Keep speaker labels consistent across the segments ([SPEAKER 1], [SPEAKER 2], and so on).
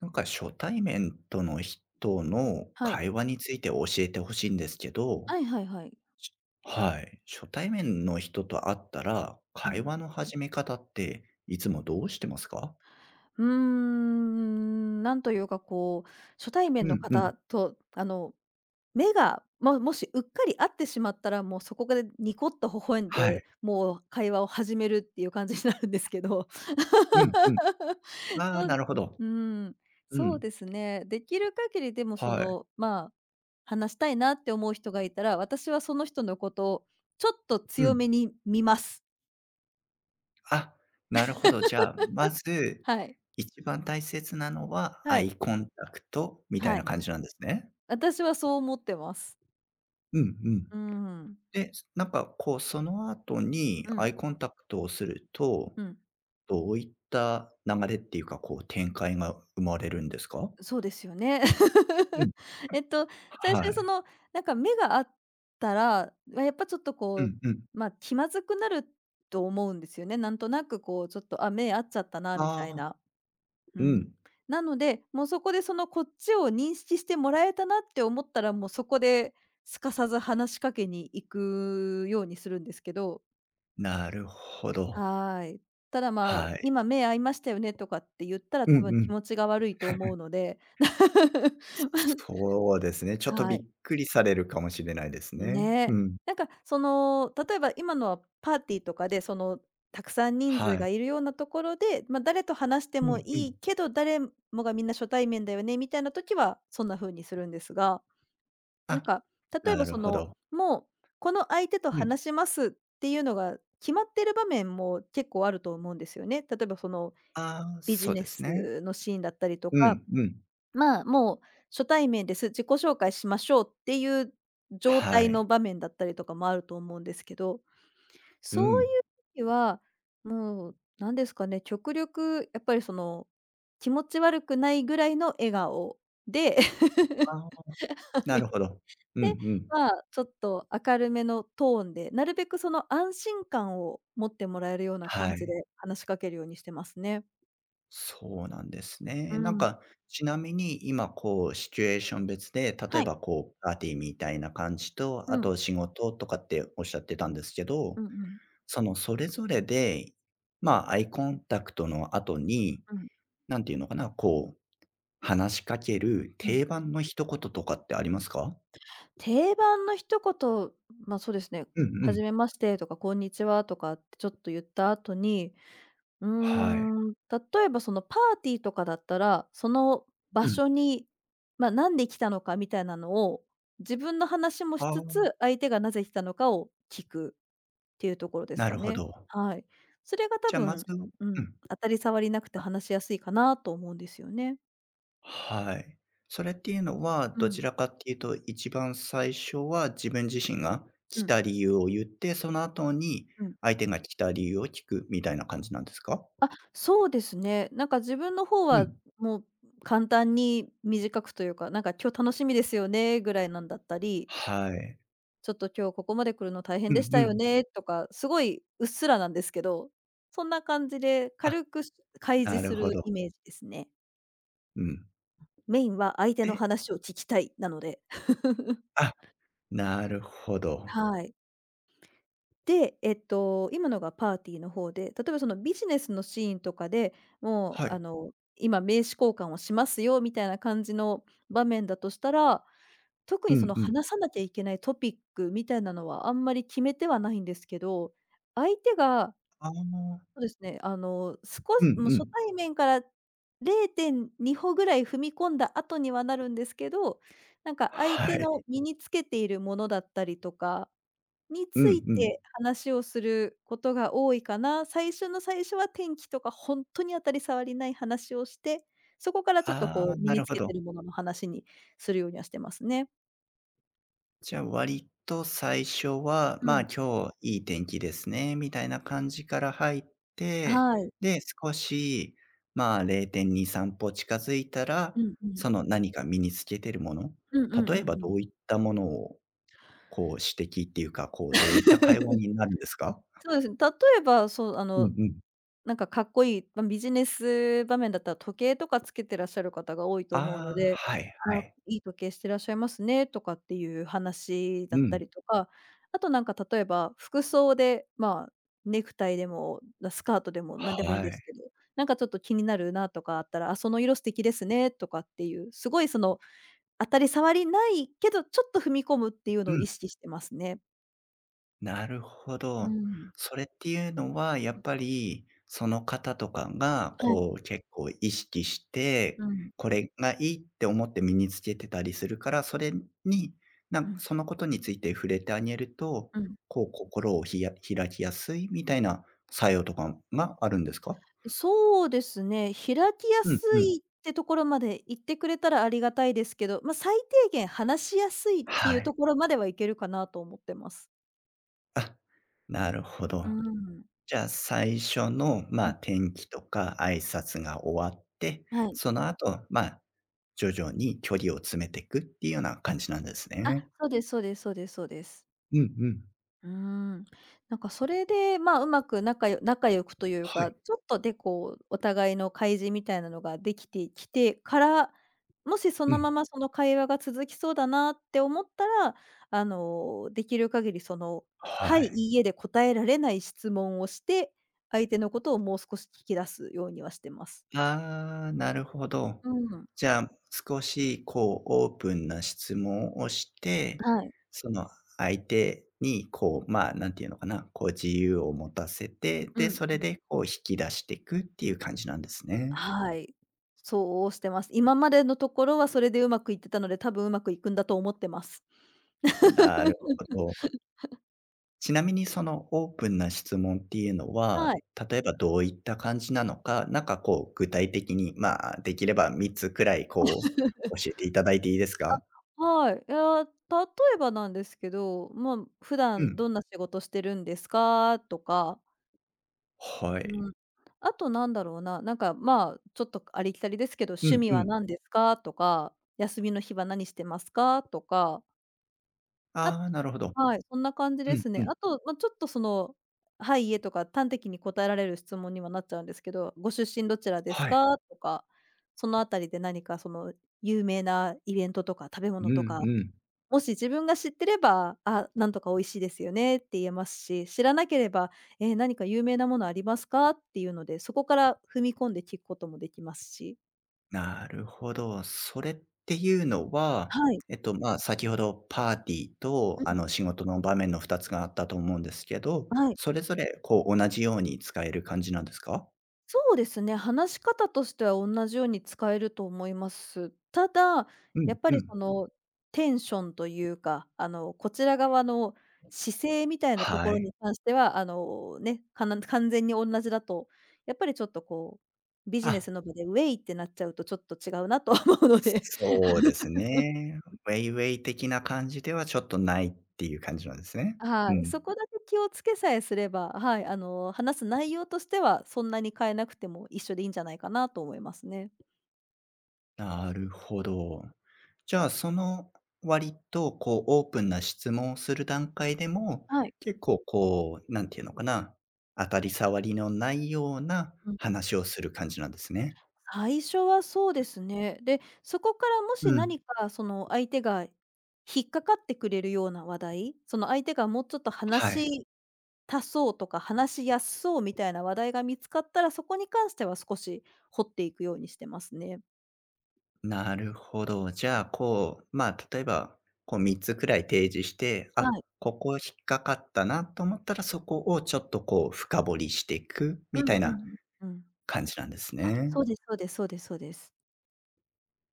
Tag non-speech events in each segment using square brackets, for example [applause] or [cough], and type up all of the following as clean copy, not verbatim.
[SPEAKER 1] なんか初対面との人の
[SPEAKER 2] はい。
[SPEAKER 1] 会話について教えてほしいんですけど、
[SPEAKER 2] はいはいはい。
[SPEAKER 1] はい。初対面の人と会ったら、
[SPEAKER 2] う
[SPEAKER 1] 会
[SPEAKER 2] ん。
[SPEAKER 1] 話の始め方っていつもどうしてますか？
[SPEAKER 2] なんというかこう、初対面
[SPEAKER 1] う
[SPEAKER 2] の
[SPEAKER 1] んうん。
[SPEAKER 2] 方と、目が、ま、もしうっかり合ってしまったら、もうそこでニコッと微笑ん
[SPEAKER 1] はい。
[SPEAKER 2] で、もう会話を始めるっていう感じになるんですけど。
[SPEAKER 1] うんうん。
[SPEAKER 2] [laughs]
[SPEAKER 1] ああ、
[SPEAKER 2] そう
[SPEAKER 1] なるほど。
[SPEAKER 2] うーん、
[SPEAKER 1] う
[SPEAKER 2] そう
[SPEAKER 1] ん。
[SPEAKER 2] ですね。できる限りでもそ
[SPEAKER 1] はい。
[SPEAKER 2] の、まあ、話したいなって思う人がいたら、私はその人のことをちょっと
[SPEAKER 1] う
[SPEAKER 2] 強
[SPEAKER 1] ん。
[SPEAKER 2] めに見ます。
[SPEAKER 1] あ、なるほど。じゃあ、まず、
[SPEAKER 2] はい。
[SPEAKER 1] 一番大切なのは
[SPEAKER 2] は
[SPEAKER 1] ア
[SPEAKER 2] い。
[SPEAKER 1] イコンタクトみた
[SPEAKER 2] は
[SPEAKER 1] いな
[SPEAKER 2] い。
[SPEAKER 1] 感じなんですね。
[SPEAKER 2] 私はそう思ってます。
[SPEAKER 1] うんうん。
[SPEAKER 2] うん。
[SPEAKER 1] で、なんかこうその後に
[SPEAKER 2] う
[SPEAKER 1] ア
[SPEAKER 2] ん、
[SPEAKER 1] イコンタクトをすると、
[SPEAKER 2] うん。
[SPEAKER 1] どういった流れっていうか、こう展開が生まれるんですか？
[SPEAKER 2] そうですよね。
[SPEAKER 1] う
[SPEAKER 2] [laughs]
[SPEAKER 1] ん。
[SPEAKER 2] えっと、最初
[SPEAKER 1] は
[SPEAKER 2] にそ
[SPEAKER 1] い。
[SPEAKER 2] の、なんか目が合ったら、ま、やっぱちょっと
[SPEAKER 1] う
[SPEAKER 2] こう、
[SPEAKER 1] んうん。
[SPEAKER 2] まあ、気まずくなると思うんですよね。なんとなくこうちょっと、あ、目合っちゃったなみ
[SPEAKER 1] あ
[SPEAKER 2] たい
[SPEAKER 1] あ、
[SPEAKER 2] な。う
[SPEAKER 1] う
[SPEAKER 2] ん。
[SPEAKER 1] ん。
[SPEAKER 2] なので、もうそこでそのこっちを認識してもらえたなって思ったら、もうそこですかさず話しかけに行くようにするんですけど。
[SPEAKER 1] なるほど。
[SPEAKER 2] はい。ただ、まあ、
[SPEAKER 1] はい。
[SPEAKER 2] 今目合いましたよねとかって言ったら
[SPEAKER 1] うん
[SPEAKER 2] 多分
[SPEAKER 1] う
[SPEAKER 2] 気
[SPEAKER 1] ん。
[SPEAKER 2] 持ちが悪いと思うので。[laughs]
[SPEAKER 1] そうですね。ちょっと
[SPEAKER 2] は
[SPEAKER 1] び
[SPEAKER 2] い。
[SPEAKER 1] っくりされるかもしれないですね。
[SPEAKER 2] ね。
[SPEAKER 1] うん。
[SPEAKER 2] なんかその、例えば今のはパーティーとかで、その、たくさん人数
[SPEAKER 1] は
[SPEAKER 2] が
[SPEAKER 1] い。
[SPEAKER 2] いるようなところで、まあ、誰と話して
[SPEAKER 1] う
[SPEAKER 2] も
[SPEAKER 1] んう
[SPEAKER 2] いい
[SPEAKER 1] ん。
[SPEAKER 2] けど、誰もがみんな初対面だよねみたいな時はそんな風にするんですが、な
[SPEAKER 1] あ、
[SPEAKER 2] んか例え
[SPEAKER 1] な
[SPEAKER 2] ば
[SPEAKER 1] る
[SPEAKER 2] そ
[SPEAKER 1] ほ
[SPEAKER 2] の、
[SPEAKER 1] ど。
[SPEAKER 2] もうこの相手と
[SPEAKER 1] うん。
[SPEAKER 2] 話しますっていうのが決まってる場面も結構あると思うんですよね。例えばその
[SPEAKER 1] ああ、
[SPEAKER 2] ビジ
[SPEAKER 1] そう
[SPEAKER 2] ネ
[SPEAKER 1] ですね。
[SPEAKER 2] スのシーンだったりと
[SPEAKER 1] う
[SPEAKER 2] か、
[SPEAKER 1] んうん。
[SPEAKER 2] まあ、もう初対面です、自己紹介しましょうっていう状
[SPEAKER 1] は
[SPEAKER 2] 態の
[SPEAKER 1] い。
[SPEAKER 2] 場面だったりとかもあると思うんですけど、
[SPEAKER 1] う
[SPEAKER 2] そうい
[SPEAKER 1] ん。
[SPEAKER 2] う時は、もう何ですかね、極力やっぱりその、気持ち悪くないぐらいの笑顔で、
[SPEAKER 1] ああ、
[SPEAKER 2] [laughs] は
[SPEAKER 1] なる
[SPEAKER 2] い。
[SPEAKER 1] ほど。うん
[SPEAKER 2] で、
[SPEAKER 1] うん。
[SPEAKER 2] まあ、ちょっと明るめのトーンで、なるべくその安心感を持ってもらえるような
[SPEAKER 1] は
[SPEAKER 2] 感じ
[SPEAKER 1] い。
[SPEAKER 2] で話しかけるようにしてますね。
[SPEAKER 1] そうなんです
[SPEAKER 2] う
[SPEAKER 1] ね。
[SPEAKER 2] ん。
[SPEAKER 1] ちなみに今こうシチュエーション別で、例
[SPEAKER 2] は
[SPEAKER 1] え
[SPEAKER 2] い。
[SPEAKER 1] ばこうパーティーみたいな感じと、
[SPEAKER 2] う
[SPEAKER 1] あ
[SPEAKER 2] ん。
[SPEAKER 1] と仕事とかっておっしゃってたんですけ
[SPEAKER 2] う
[SPEAKER 1] ど、
[SPEAKER 2] んうん。
[SPEAKER 1] そのそれぞれで、まあ、アイコンタクトの後に、
[SPEAKER 2] うん、
[SPEAKER 1] なんていうのかな、こう話しかける
[SPEAKER 2] うん。
[SPEAKER 1] 定番の一言とかってありますか？
[SPEAKER 2] 定番の一言、ま、そうですね、
[SPEAKER 1] うんう
[SPEAKER 2] はじ
[SPEAKER 1] ん。
[SPEAKER 2] めましてとか、こんにちはとかってちょっと言った後に、うー
[SPEAKER 1] はい。
[SPEAKER 2] 例えばそのパーティーとかだったら、その
[SPEAKER 1] う
[SPEAKER 2] 場
[SPEAKER 1] ん。
[SPEAKER 2] 所に、ま、なんで来たのかみたいなのを、自分の話もし
[SPEAKER 1] あ
[SPEAKER 2] つつ、
[SPEAKER 1] あ、
[SPEAKER 2] 相手がなぜ来たのかを聞くっていうところです
[SPEAKER 1] な
[SPEAKER 2] か
[SPEAKER 1] るほ
[SPEAKER 2] ね。
[SPEAKER 1] ど。
[SPEAKER 2] はい。それが多
[SPEAKER 1] じゃ、あまず
[SPEAKER 2] 分、
[SPEAKER 1] うん。
[SPEAKER 2] うん、当たり障りなくて話しやすいかなと思うんですよね。
[SPEAKER 1] はい。それっていうのは、
[SPEAKER 2] う
[SPEAKER 1] どち
[SPEAKER 2] ん、
[SPEAKER 1] らかっていうと、一番最初は自分自身が
[SPEAKER 2] う
[SPEAKER 1] 来
[SPEAKER 2] ん、
[SPEAKER 1] た理由を言って、その後に
[SPEAKER 2] うん。
[SPEAKER 1] 相手が来た理由を聞くみたいな感じなんですか？
[SPEAKER 2] あ、そうですね。なんか自分の方
[SPEAKER 1] う
[SPEAKER 2] は、
[SPEAKER 1] ん。
[SPEAKER 2] もう簡単に短くというか、なんか「今日楽しみですよね」ぐらいなんだったり、
[SPEAKER 1] はい。
[SPEAKER 2] 「ちょっと今日ここまで来るの大変
[SPEAKER 1] う
[SPEAKER 2] でし
[SPEAKER 1] ん
[SPEAKER 2] た
[SPEAKER 1] う
[SPEAKER 2] よ
[SPEAKER 1] ん。
[SPEAKER 2] ね」とか、すごいうっすらなんですけど、そんな感じで
[SPEAKER 1] あ、
[SPEAKER 2] 軽く開
[SPEAKER 1] な
[SPEAKER 2] 示す
[SPEAKER 1] るほ
[SPEAKER 2] るイ
[SPEAKER 1] ど。
[SPEAKER 2] メージですね。
[SPEAKER 1] うん。
[SPEAKER 2] メインは相手の
[SPEAKER 1] で、
[SPEAKER 2] 話を聞きたいなので。[laughs]
[SPEAKER 1] あ、なるほど。
[SPEAKER 2] はい。で、今のがパーティーの方で、例えばそのビジネスのシーンとかで、もう
[SPEAKER 1] はい。
[SPEAKER 2] 今名刺交換をしますよみたいな感じの場面だとしたら、特
[SPEAKER 1] う
[SPEAKER 2] にそ
[SPEAKER 1] ん
[SPEAKER 2] の
[SPEAKER 1] うん。
[SPEAKER 2] 話さなきゃいけないトピックみたいなのはあんまり決めてはないんですけど、相手が、
[SPEAKER 1] ああ、
[SPEAKER 2] そうですね、あの、少
[SPEAKER 1] うん
[SPEAKER 2] しもう
[SPEAKER 1] う
[SPEAKER 2] 初
[SPEAKER 1] ん。
[SPEAKER 2] 対面から0.2歩ぐらい踏み込んだ後にはなるんですけど、なんか相
[SPEAKER 1] は
[SPEAKER 2] 手の
[SPEAKER 1] い。
[SPEAKER 2] 身につけているものだったりとかに
[SPEAKER 1] う
[SPEAKER 2] つい
[SPEAKER 1] んうん。
[SPEAKER 2] て話をすることが多いかな。最初の最初は天気とかほんとに当たり障りない話をして、そこからちょっと
[SPEAKER 1] あ
[SPEAKER 2] こ
[SPEAKER 1] あ、
[SPEAKER 2] う身
[SPEAKER 1] な
[SPEAKER 2] に
[SPEAKER 1] る
[SPEAKER 2] つ
[SPEAKER 1] ほ
[SPEAKER 2] けて
[SPEAKER 1] ど。
[SPEAKER 2] るものの話にするようにはしてますね。
[SPEAKER 1] じゃあ、割と最初は、
[SPEAKER 2] う
[SPEAKER 1] まあ、
[SPEAKER 2] ん。
[SPEAKER 1] 今日いい天気ですね、みたいな感じから入って、
[SPEAKER 2] はい。
[SPEAKER 1] で、少し、まあ、0.2、3歩近づいたら、
[SPEAKER 2] うんうん。
[SPEAKER 1] その何か身につけてるもの、
[SPEAKER 2] うんうんうんう
[SPEAKER 1] 例えば
[SPEAKER 2] ん。
[SPEAKER 1] どういったものを、こう指摘っていうか、こうどういった会話
[SPEAKER 2] [laughs]
[SPEAKER 1] になるんですか？
[SPEAKER 2] そうですね。例えば、そう、
[SPEAKER 1] うんうん。
[SPEAKER 2] なんかかっこいい、ま、ビジネス場面だったら時計とかつけてらっしゃる方が多いと思うの
[SPEAKER 1] ああ、
[SPEAKER 2] で、
[SPEAKER 1] はいは
[SPEAKER 2] あ、
[SPEAKER 1] い。
[SPEAKER 2] いい時計してらっしゃいますねとかっていう話だ
[SPEAKER 1] う
[SPEAKER 2] った
[SPEAKER 1] ん。
[SPEAKER 2] りとか、あとなんか例えば服装で、まあ、ネクタイでも、なスカートでも何でもい
[SPEAKER 1] は
[SPEAKER 2] いんです
[SPEAKER 1] い。
[SPEAKER 2] けど、なんかちょっと気になるなとかあったら、あ、その色素敵ですねとかっていう、すごいその当たり障りないけど、ちょっと踏み込むっていうの
[SPEAKER 1] う
[SPEAKER 2] を
[SPEAKER 1] ん。
[SPEAKER 2] 意識してますね。
[SPEAKER 1] なるほ
[SPEAKER 2] う
[SPEAKER 1] ど。
[SPEAKER 2] ん。
[SPEAKER 1] それっていうのは、やっぱり、その方とかが、
[SPEAKER 2] はい。
[SPEAKER 1] こう、結構意識して、
[SPEAKER 2] うん。
[SPEAKER 1] これがいいって思って身につけてたりするから、それに、な
[SPEAKER 2] う
[SPEAKER 1] ん
[SPEAKER 2] ん。
[SPEAKER 1] そのことについて触れてあげると、
[SPEAKER 2] うん。
[SPEAKER 1] こう、心をひや開きやすいみたいな作用とかがあるんですか？
[SPEAKER 2] そうですね、開きや
[SPEAKER 1] うん
[SPEAKER 2] す
[SPEAKER 1] うん。
[SPEAKER 2] いってところまで言ってくれたらありがたいですけど、ま、あ最低限話しやすいって
[SPEAKER 1] は
[SPEAKER 2] いう
[SPEAKER 1] い。
[SPEAKER 2] ところまではいけるかなと思ってます。
[SPEAKER 1] あ、なるほ
[SPEAKER 2] うー
[SPEAKER 1] ど。
[SPEAKER 2] ん。
[SPEAKER 1] じゃあ、最初の、ま
[SPEAKER 2] う
[SPEAKER 1] あ、
[SPEAKER 2] ん、
[SPEAKER 1] 天気とか挨拶が終わって、
[SPEAKER 2] はい。
[SPEAKER 1] その後、まあ、徐々に距離を詰めていくっていうような感じなんです
[SPEAKER 2] あ、
[SPEAKER 1] ね。
[SPEAKER 2] そうですそうですそうですそうです。
[SPEAKER 1] うんうん。
[SPEAKER 2] うーん。なんかそれで、まあ、うまく仲良くという
[SPEAKER 1] は
[SPEAKER 2] か、
[SPEAKER 1] い。
[SPEAKER 2] ちょっとでこう、お互いの開示みたいなのができてきてから、もしそ
[SPEAKER 1] う
[SPEAKER 2] のま
[SPEAKER 1] ん。
[SPEAKER 2] まその会話が続きそうだなって思ったら、あの、できる限りその、はい、
[SPEAKER 1] は
[SPEAKER 2] い
[SPEAKER 1] い。
[SPEAKER 2] いえで答えられない質問をして、相手のことをもう少し聞き出すようにはしてます。
[SPEAKER 1] ああ、なるほど。
[SPEAKER 2] うん。
[SPEAKER 1] じゃあ、少しこうオープンな質問をして、
[SPEAKER 2] はい。
[SPEAKER 1] その相手にこう、まあ、なんていうのかな、こう自由を持たせて、
[SPEAKER 2] う
[SPEAKER 1] で、
[SPEAKER 2] ん
[SPEAKER 1] そ
[SPEAKER 2] う
[SPEAKER 1] れ
[SPEAKER 2] ん。
[SPEAKER 1] でこう引き出していくっていう感じなんですね。
[SPEAKER 2] はい。そうしてます。今までのところはそれでうまくいってたので、多分うまくいくんだと思ってます。
[SPEAKER 1] なるほど。ちなみにそのオープンな質問っていうのは、
[SPEAKER 2] はい。
[SPEAKER 1] 例えばどういった感じなのか、なんかこう具体的に、まあ、できれば3つくらいこ
[SPEAKER 2] [laughs]
[SPEAKER 1] う教えていただいていいですか？
[SPEAKER 2] はい。いや、例えばなんですけど、まあ、普
[SPEAKER 1] う
[SPEAKER 2] 段
[SPEAKER 1] ん。
[SPEAKER 2] どんな仕事してるんですかとか、
[SPEAKER 1] はい。
[SPEAKER 2] うん。あとなんだろうな、なんか、まあ、ちょっとありきたりですけど、
[SPEAKER 1] う
[SPEAKER 2] 趣
[SPEAKER 1] ん
[SPEAKER 2] 味
[SPEAKER 1] う
[SPEAKER 2] は
[SPEAKER 1] ん。
[SPEAKER 2] 何ですかとか、休みの日は何してますかとか、あ
[SPEAKER 1] ああ、
[SPEAKER 2] と
[SPEAKER 1] なるほど。
[SPEAKER 2] はい、そんな感じ
[SPEAKER 1] う
[SPEAKER 2] で
[SPEAKER 1] ん
[SPEAKER 2] す
[SPEAKER 1] う
[SPEAKER 2] ね。
[SPEAKER 1] ん。
[SPEAKER 2] あと、まあ、ちょっとその、はい、家とか端的に答えられる質問にはなっちゃうんですけど、ご出身どちらです
[SPEAKER 1] はい。
[SPEAKER 2] かとか、そのあたりで何かその有名なイベントとか食べ
[SPEAKER 1] う
[SPEAKER 2] 物と
[SPEAKER 1] ん
[SPEAKER 2] か
[SPEAKER 1] うん。
[SPEAKER 2] もし自分が知ってれば、「あ、なんとか美味しいですよね」って言えますし、知らなければ、「え、何か有名なものありますか？」っていうので、そこから踏み込んで聞くこともできますし。
[SPEAKER 1] なるほど。それっていうのは、
[SPEAKER 2] はい。
[SPEAKER 1] えっと、まあ、先ほどパーティー
[SPEAKER 2] う
[SPEAKER 1] とあ
[SPEAKER 2] ん。
[SPEAKER 1] の仕事の場面の2つがあったと思うんですけど、
[SPEAKER 2] はい。
[SPEAKER 1] それぞれこう同じように使える感じなんですか？
[SPEAKER 2] そうですね、話し方としては同じように使えると思います。ただ、
[SPEAKER 1] う
[SPEAKER 2] や
[SPEAKER 1] ん
[SPEAKER 2] っぱ
[SPEAKER 1] う
[SPEAKER 2] りそ
[SPEAKER 1] ん。
[SPEAKER 2] のテンションというか、あの、こちら側の姿勢みたいなと
[SPEAKER 1] は
[SPEAKER 2] ころ
[SPEAKER 1] い。
[SPEAKER 2] に関しては、あの、ね、かな完全に同じだと、やっぱりちょっとこう、ビジネ
[SPEAKER 1] あ、
[SPEAKER 2] スの場でウェイってなっちゃうとちょっと違うなと思うので、[laughs]
[SPEAKER 1] そうですね。ウェイウェイ的な感じではちょっとないっていう感じなんですね。
[SPEAKER 2] は
[SPEAKER 1] う
[SPEAKER 2] い、そ
[SPEAKER 1] ん。
[SPEAKER 2] こだけ気をつけさえすれば、はい、あの、話す内容としてはそんなに変えなくても一緒でいいんじゃないかなと思いますね。
[SPEAKER 1] なるほど。じゃあ、その割とこうオープンな質問をする段階でも、
[SPEAKER 2] はい。
[SPEAKER 1] 結構こう、なんていうのかな、当たり障りのないような
[SPEAKER 2] うん。
[SPEAKER 1] 話をする感じなんですね。
[SPEAKER 2] 最初はそうですね。で、そこからも
[SPEAKER 1] う
[SPEAKER 2] し
[SPEAKER 1] ん。
[SPEAKER 2] 何かその相手が引っかかってくれるような話題、その相手がもうちょっと話
[SPEAKER 1] はい。
[SPEAKER 2] し足そうとか、話しやすそうみたいな話題が見つかったら、そこに関しては少し掘っていくようにしてますね。
[SPEAKER 1] なるほど。じゃあ、こう、まあ、例えば、こう3つくらい提示して、
[SPEAKER 2] は
[SPEAKER 1] あ、
[SPEAKER 2] い。
[SPEAKER 1] ここ引っかかったなと思ったら、そこをちょっとこう深掘りしていく
[SPEAKER 2] う
[SPEAKER 1] み
[SPEAKER 2] ん
[SPEAKER 1] たい
[SPEAKER 2] うんう
[SPEAKER 1] な
[SPEAKER 2] ん。うん。
[SPEAKER 1] 感じなんです
[SPEAKER 2] あ、
[SPEAKER 1] ね。
[SPEAKER 2] そうですそうですそうですそうです。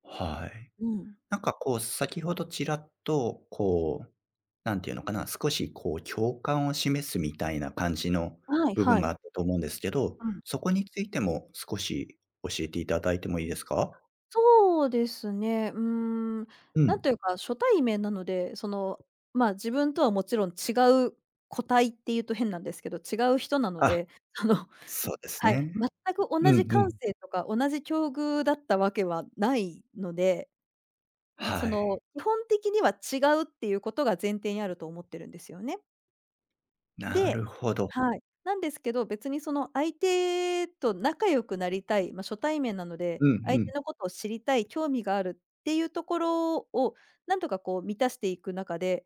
[SPEAKER 1] はい。
[SPEAKER 2] うん。
[SPEAKER 1] なんかこう、先ほどちらっと、こう、なんていうのかな、少しこう共感を示すみたいな感じの
[SPEAKER 2] はい
[SPEAKER 1] 部
[SPEAKER 2] は
[SPEAKER 1] 分があ
[SPEAKER 2] い。
[SPEAKER 1] ったと思うんですけど、
[SPEAKER 2] うん。
[SPEAKER 1] そこについても少し教えていただいてもいいですか？
[SPEAKER 2] そうですね。ん、
[SPEAKER 1] う
[SPEAKER 2] なん
[SPEAKER 1] ん。
[SPEAKER 2] というか、初対面なので、まあ、自分とはもちろん違う個体っていうと変なんですけど、違う人なの
[SPEAKER 1] あ、
[SPEAKER 2] で、[laughs] あの、
[SPEAKER 1] そうです
[SPEAKER 2] はい、
[SPEAKER 1] ね。
[SPEAKER 2] 全く
[SPEAKER 1] う
[SPEAKER 2] 同
[SPEAKER 1] ん
[SPEAKER 2] じ
[SPEAKER 1] う
[SPEAKER 2] 感
[SPEAKER 1] ん。
[SPEAKER 2] 性とか同じ境遇だったわけはないので、
[SPEAKER 1] はい。
[SPEAKER 2] 基本的には違うっていうことが前提にあると思ってるんですよね。
[SPEAKER 1] な
[SPEAKER 2] で、
[SPEAKER 1] るほど。
[SPEAKER 2] はい。なんですけど、別にその相手と仲良くなりたい、まあ、初対面なので、
[SPEAKER 1] うんう
[SPEAKER 2] 相手
[SPEAKER 1] ん。
[SPEAKER 2] のことを知りたい、興味があるっていうところを、なんとかこう満たしていく中で、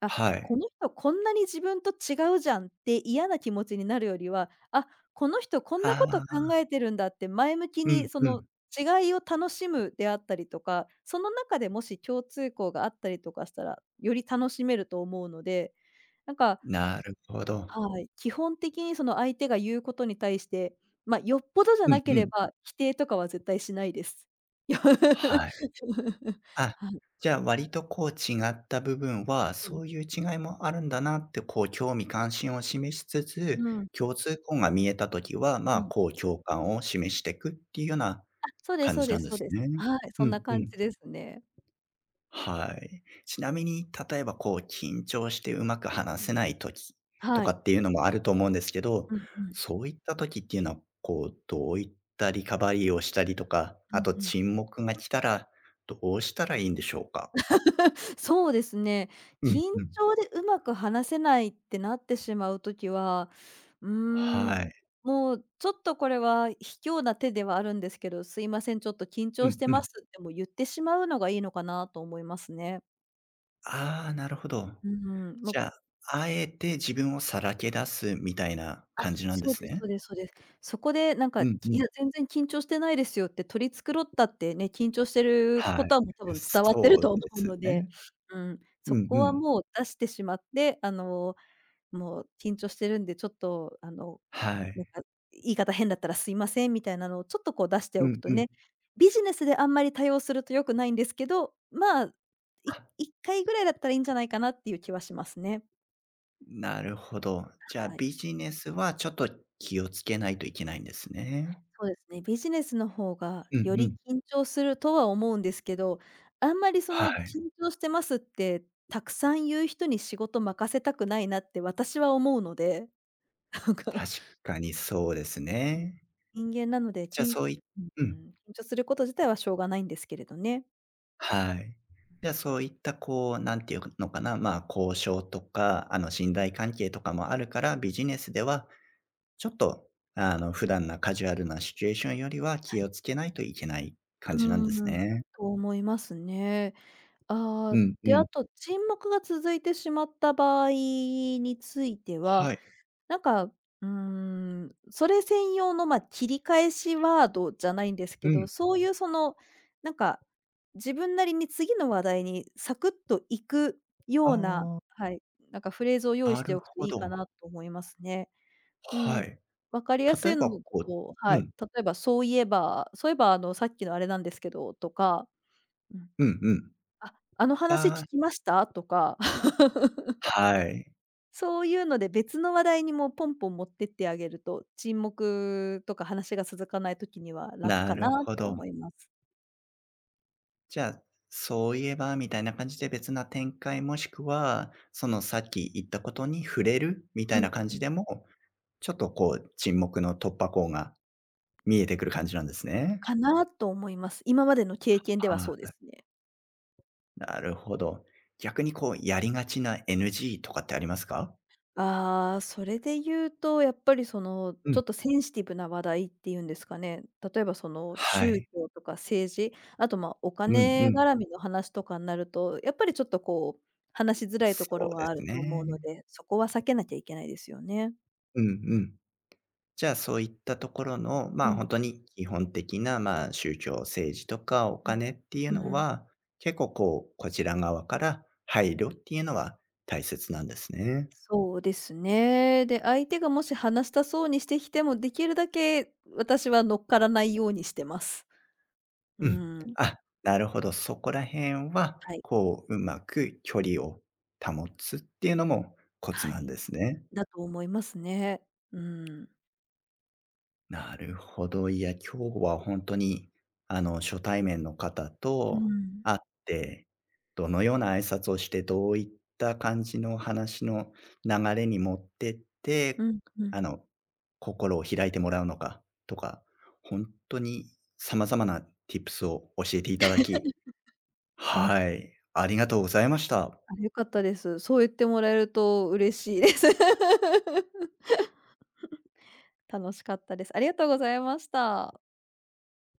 [SPEAKER 2] あ、
[SPEAKER 1] は
[SPEAKER 2] こ
[SPEAKER 1] い。
[SPEAKER 2] の人こんなに自分と違うじゃんって嫌な気持ちになるよりは、あ、この人こん
[SPEAKER 1] あ
[SPEAKER 2] なこと
[SPEAKER 1] あ、
[SPEAKER 2] 考えてるんだって前向き
[SPEAKER 1] う
[SPEAKER 2] に
[SPEAKER 1] ん
[SPEAKER 2] そ
[SPEAKER 1] う
[SPEAKER 2] の
[SPEAKER 1] ん。
[SPEAKER 2] 違いを楽しむであったりとか、その中でもし共通項があったりとかしたら、より楽しめると思うので、なんか
[SPEAKER 1] なるほど。
[SPEAKER 2] はい、基本的にその相手が言うことに対して、まあ、よっぽどじゃ
[SPEAKER 1] うん
[SPEAKER 2] なけ
[SPEAKER 1] う
[SPEAKER 2] れ
[SPEAKER 1] ん。
[SPEAKER 2] ば、否定とかは絶対しないです。よ
[SPEAKER 1] はい。
[SPEAKER 2] [laughs]
[SPEAKER 1] あ、
[SPEAKER 2] はい。
[SPEAKER 1] じゃあ割とこう違った部分は、
[SPEAKER 2] うん。
[SPEAKER 1] そういう違いもあるんだなってこう興味関心を示しつつ、
[SPEAKER 2] うん、
[SPEAKER 1] 共通項が見えたときは、ま
[SPEAKER 2] う
[SPEAKER 1] あ、
[SPEAKER 2] ん。
[SPEAKER 1] こう共感を示していくっていうような
[SPEAKER 2] あ、そうです
[SPEAKER 1] 感
[SPEAKER 2] そう
[SPEAKER 1] じ
[SPEAKER 2] で
[SPEAKER 1] なん
[SPEAKER 2] す
[SPEAKER 1] で
[SPEAKER 2] そう
[SPEAKER 1] す
[SPEAKER 2] です。
[SPEAKER 1] ね。
[SPEAKER 2] はい、そ
[SPEAKER 1] う
[SPEAKER 2] んな
[SPEAKER 1] んう
[SPEAKER 2] 感
[SPEAKER 1] ん。
[SPEAKER 2] じですね。
[SPEAKER 1] はい。ちなみに、例えばこう緊張してうまく話せない時と
[SPEAKER 2] は
[SPEAKER 1] か
[SPEAKER 2] い。
[SPEAKER 1] っていうのもあると思うんですけど、
[SPEAKER 2] うんうん。
[SPEAKER 1] そういった時っていうのは、こうどういったリカバリーをしたりとか、
[SPEAKER 2] うんう
[SPEAKER 1] あと
[SPEAKER 2] ん。
[SPEAKER 1] 沈黙が来たらどうしたらいいんでしょうか？
[SPEAKER 2] [laughs] そうですね。
[SPEAKER 1] う
[SPEAKER 2] 緊
[SPEAKER 1] んうん。
[SPEAKER 2] 張でうまく話せないってなってしまうときは、うー
[SPEAKER 1] は
[SPEAKER 2] ん、
[SPEAKER 1] い。
[SPEAKER 2] もうちょっとこれは卑怯な手ではあるんですけど、すいません、ちょっと緊
[SPEAKER 1] う
[SPEAKER 2] 張し
[SPEAKER 1] ん
[SPEAKER 2] て
[SPEAKER 1] う
[SPEAKER 2] ま
[SPEAKER 1] ん。
[SPEAKER 2] すってもう言ってしまうのがいいのかなと思いますね。
[SPEAKER 1] ああ、なるほど。
[SPEAKER 2] うん、も
[SPEAKER 1] じ
[SPEAKER 2] う、
[SPEAKER 1] ゃあ、あえて自分をさらけ出すみたいな
[SPEAKER 2] あ、
[SPEAKER 1] 感じなんで
[SPEAKER 2] そう
[SPEAKER 1] す
[SPEAKER 2] ですそ
[SPEAKER 1] ね。
[SPEAKER 2] うですそうです。そこでなんか、
[SPEAKER 1] うんう
[SPEAKER 2] い
[SPEAKER 1] ん。
[SPEAKER 2] や、全然緊張してないですよって取り繕ったってね、緊張してるこ
[SPEAKER 1] はい。
[SPEAKER 2] とはもう多分伝わってる
[SPEAKER 1] そう
[SPEAKER 2] と
[SPEAKER 1] で
[SPEAKER 2] 思う
[SPEAKER 1] す
[SPEAKER 2] の
[SPEAKER 1] ね。
[SPEAKER 2] で、うん、そ
[SPEAKER 1] うん
[SPEAKER 2] こ
[SPEAKER 1] う
[SPEAKER 2] は
[SPEAKER 1] ん。
[SPEAKER 2] もう出してしまって、もう緊張してるんで、ちょっと
[SPEAKER 1] は
[SPEAKER 2] なん
[SPEAKER 1] い。
[SPEAKER 2] か言い方変だったらすいませんみたいなのをちょっとこう出して
[SPEAKER 1] う
[SPEAKER 2] おく
[SPEAKER 1] ん
[SPEAKER 2] と
[SPEAKER 1] うん。
[SPEAKER 2] ね、ビジネスであんまり対応すると良くないんですけど、まあ、1回ぐらいだったらいいんじゃないかなっていう気はしますね。
[SPEAKER 1] なるほど。じゃあ、
[SPEAKER 2] はい。
[SPEAKER 1] ビジネスはちょっと気をつけないといけないんですね。
[SPEAKER 2] そうですね、ビジネスの方が
[SPEAKER 1] うん
[SPEAKER 2] よ
[SPEAKER 1] うん。
[SPEAKER 2] り緊張するとは思うんですけど、あんまりそ
[SPEAKER 1] は
[SPEAKER 2] の緊
[SPEAKER 1] い。
[SPEAKER 2] 張してますってたくさん言う人に仕事任せたくないなって私は思うので、なんか
[SPEAKER 1] 確かにそうです
[SPEAKER 2] うん。
[SPEAKER 1] ね。
[SPEAKER 2] 人間なので、
[SPEAKER 1] じゃあ、そういう
[SPEAKER 2] う
[SPEAKER 1] ん。
[SPEAKER 2] ん。緊張すること自体はしょうがないんですけれどね。
[SPEAKER 1] はい。じゃあ、そういった、こう、なんていうのかな、まあ、交渉とか、あの、信頼関係とかもあるから、ビジネスではちょっと、あの、普段なカジュアルなシチュエーションよりは
[SPEAKER 2] は
[SPEAKER 1] 気
[SPEAKER 2] い。
[SPEAKER 1] をつけないといけない
[SPEAKER 2] う
[SPEAKER 1] 感じなんです
[SPEAKER 2] ーん、
[SPEAKER 1] ね。
[SPEAKER 2] と思いますね。ああ、
[SPEAKER 1] うん
[SPEAKER 2] で、
[SPEAKER 1] う
[SPEAKER 2] あ
[SPEAKER 1] ん。
[SPEAKER 2] と沈黙が続いてしまった場合については、
[SPEAKER 1] はい。
[SPEAKER 2] なんか、うそれ専用の、まあ、切り返しワードじゃないんですけ
[SPEAKER 1] う
[SPEAKER 2] ど、
[SPEAKER 1] ん。
[SPEAKER 2] そういうなんか、自分なりに次の話題にサクッと行くよ
[SPEAKER 1] あ
[SPEAKER 2] うな、
[SPEAKER 1] あ、
[SPEAKER 2] はい、フレーズを用意
[SPEAKER 1] な
[SPEAKER 2] して
[SPEAKER 1] る
[SPEAKER 2] おくと
[SPEAKER 1] ほ
[SPEAKER 2] いいか
[SPEAKER 1] ど。
[SPEAKER 2] なと思いますね。う
[SPEAKER 1] は
[SPEAKER 2] ん。
[SPEAKER 1] い。
[SPEAKER 2] 分かりやす
[SPEAKER 1] 例
[SPEAKER 2] い
[SPEAKER 1] え
[SPEAKER 2] の
[SPEAKER 1] ば、
[SPEAKER 2] だ
[SPEAKER 1] こ
[SPEAKER 2] と、
[SPEAKER 1] う
[SPEAKER 2] は
[SPEAKER 1] う
[SPEAKER 2] い、
[SPEAKER 1] ん、
[SPEAKER 2] 例えばそういえばあの、さっきのあれなんですけどとか、うん、
[SPEAKER 1] うんうん。
[SPEAKER 2] あ、あの話聞
[SPEAKER 1] ああ、
[SPEAKER 2] きました？とか。
[SPEAKER 1] はい。
[SPEAKER 2] そういうので別の話題にもうポンポン持ってってあげると、沈黙とか話が続かない時には楽
[SPEAKER 1] な
[SPEAKER 2] かな
[SPEAKER 1] る
[SPEAKER 2] っ
[SPEAKER 1] ほ
[SPEAKER 2] て
[SPEAKER 1] ど。
[SPEAKER 2] 思います。
[SPEAKER 1] じゃあ、そういえばみたいな感じで別な展開、もしくは、そのさっき言ったことに触れるみた
[SPEAKER 2] う
[SPEAKER 1] い
[SPEAKER 2] ん。
[SPEAKER 1] な感じでも、ちょっとこう沈黙の突破口が見えてくる感じなんですね。
[SPEAKER 2] かなと思います。今までの経験ではそ
[SPEAKER 1] あ
[SPEAKER 2] うで
[SPEAKER 1] あ、
[SPEAKER 2] すね。
[SPEAKER 1] なるほど。逆にこうやりがちな NG とかってありますか？
[SPEAKER 2] ああ、それで言うと、やっぱり
[SPEAKER 1] う
[SPEAKER 2] ちょ
[SPEAKER 1] ん、
[SPEAKER 2] っとセンシティブな話題っていうんですかね。例えばその
[SPEAKER 1] は
[SPEAKER 2] 宗
[SPEAKER 1] い。
[SPEAKER 2] 教とか政治、あと、まあ、お
[SPEAKER 1] うん
[SPEAKER 2] 金
[SPEAKER 1] うん。
[SPEAKER 2] 絡みの話とかになると、やっぱりちょっと話しづらいと
[SPEAKER 1] そ
[SPEAKER 2] ころ
[SPEAKER 1] う
[SPEAKER 2] は
[SPEAKER 1] で
[SPEAKER 2] あ
[SPEAKER 1] す
[SPEAKER 2] ると思うの
[SPEAKER 1] ね。
[SPEAKER 2] で、そこは避けなきゃいけないですよね。
[SPEAKER 1] うんうん。じゃあ、そういったところの、ま
[SPEAKER 2] う
[SPEAKER 1] あ、
[SPEAKER 2] ん、
[SPEAKER 1] 本当に基本的な、まあ、宗教、政治とかお
[SPEAKER 2] うん。
[SPEAKER 1] 金っていう
[SPEAKER 2] うん
[SPEAKER 1] の
[SPEAKER 2] うん。
[SPEAKER 1] は、結構こう、こちら側から配慮っていうのは大切なんですね。
[SPEAKER 2] そうですね。で、相手がもし話したそうにしてきても、できるだけ私は乗っからないようにしてます。う
[SPEAKER 1] うん。
[SPEAKER 2] ん。
[SPEAKER 1] あ、なるほど、そこら辺は、
[SPEAKER 2] はい。
[SPEAKER 1] こう、うまく距離を保つっていうのもコツ
[SPEAKER 2] は
[SPEAKER 1] なん
[SPEAKER 2] い。
[SPEAKER 1] ですね。
[SPEAKER 2] だと思いますね。うん。
[SPEAKER 1] なるほど。いや、今日は本当に、あの、初対面の方
[SPEAKER 2] う
[SPEAKER 1] と
[SPEAKER 2] ん。
[SPEAKER 1] 会って、どのような挨拶をして、どういった感じの話の流れに持ってっ
[SPEAKER 2] う
[SPEAKER 1] て、
[SPEAKER 2] んうん。
[SPEAKER 1] あの、心を開いてもらうのかとか、本当に様々な tips を教えていただき、はい、ありがとうございました。
[SPEAKER 2] あ、良かったです。そう言ってもらえると嬉しいです。[laughs] 楽しかったです。ありがとうございました。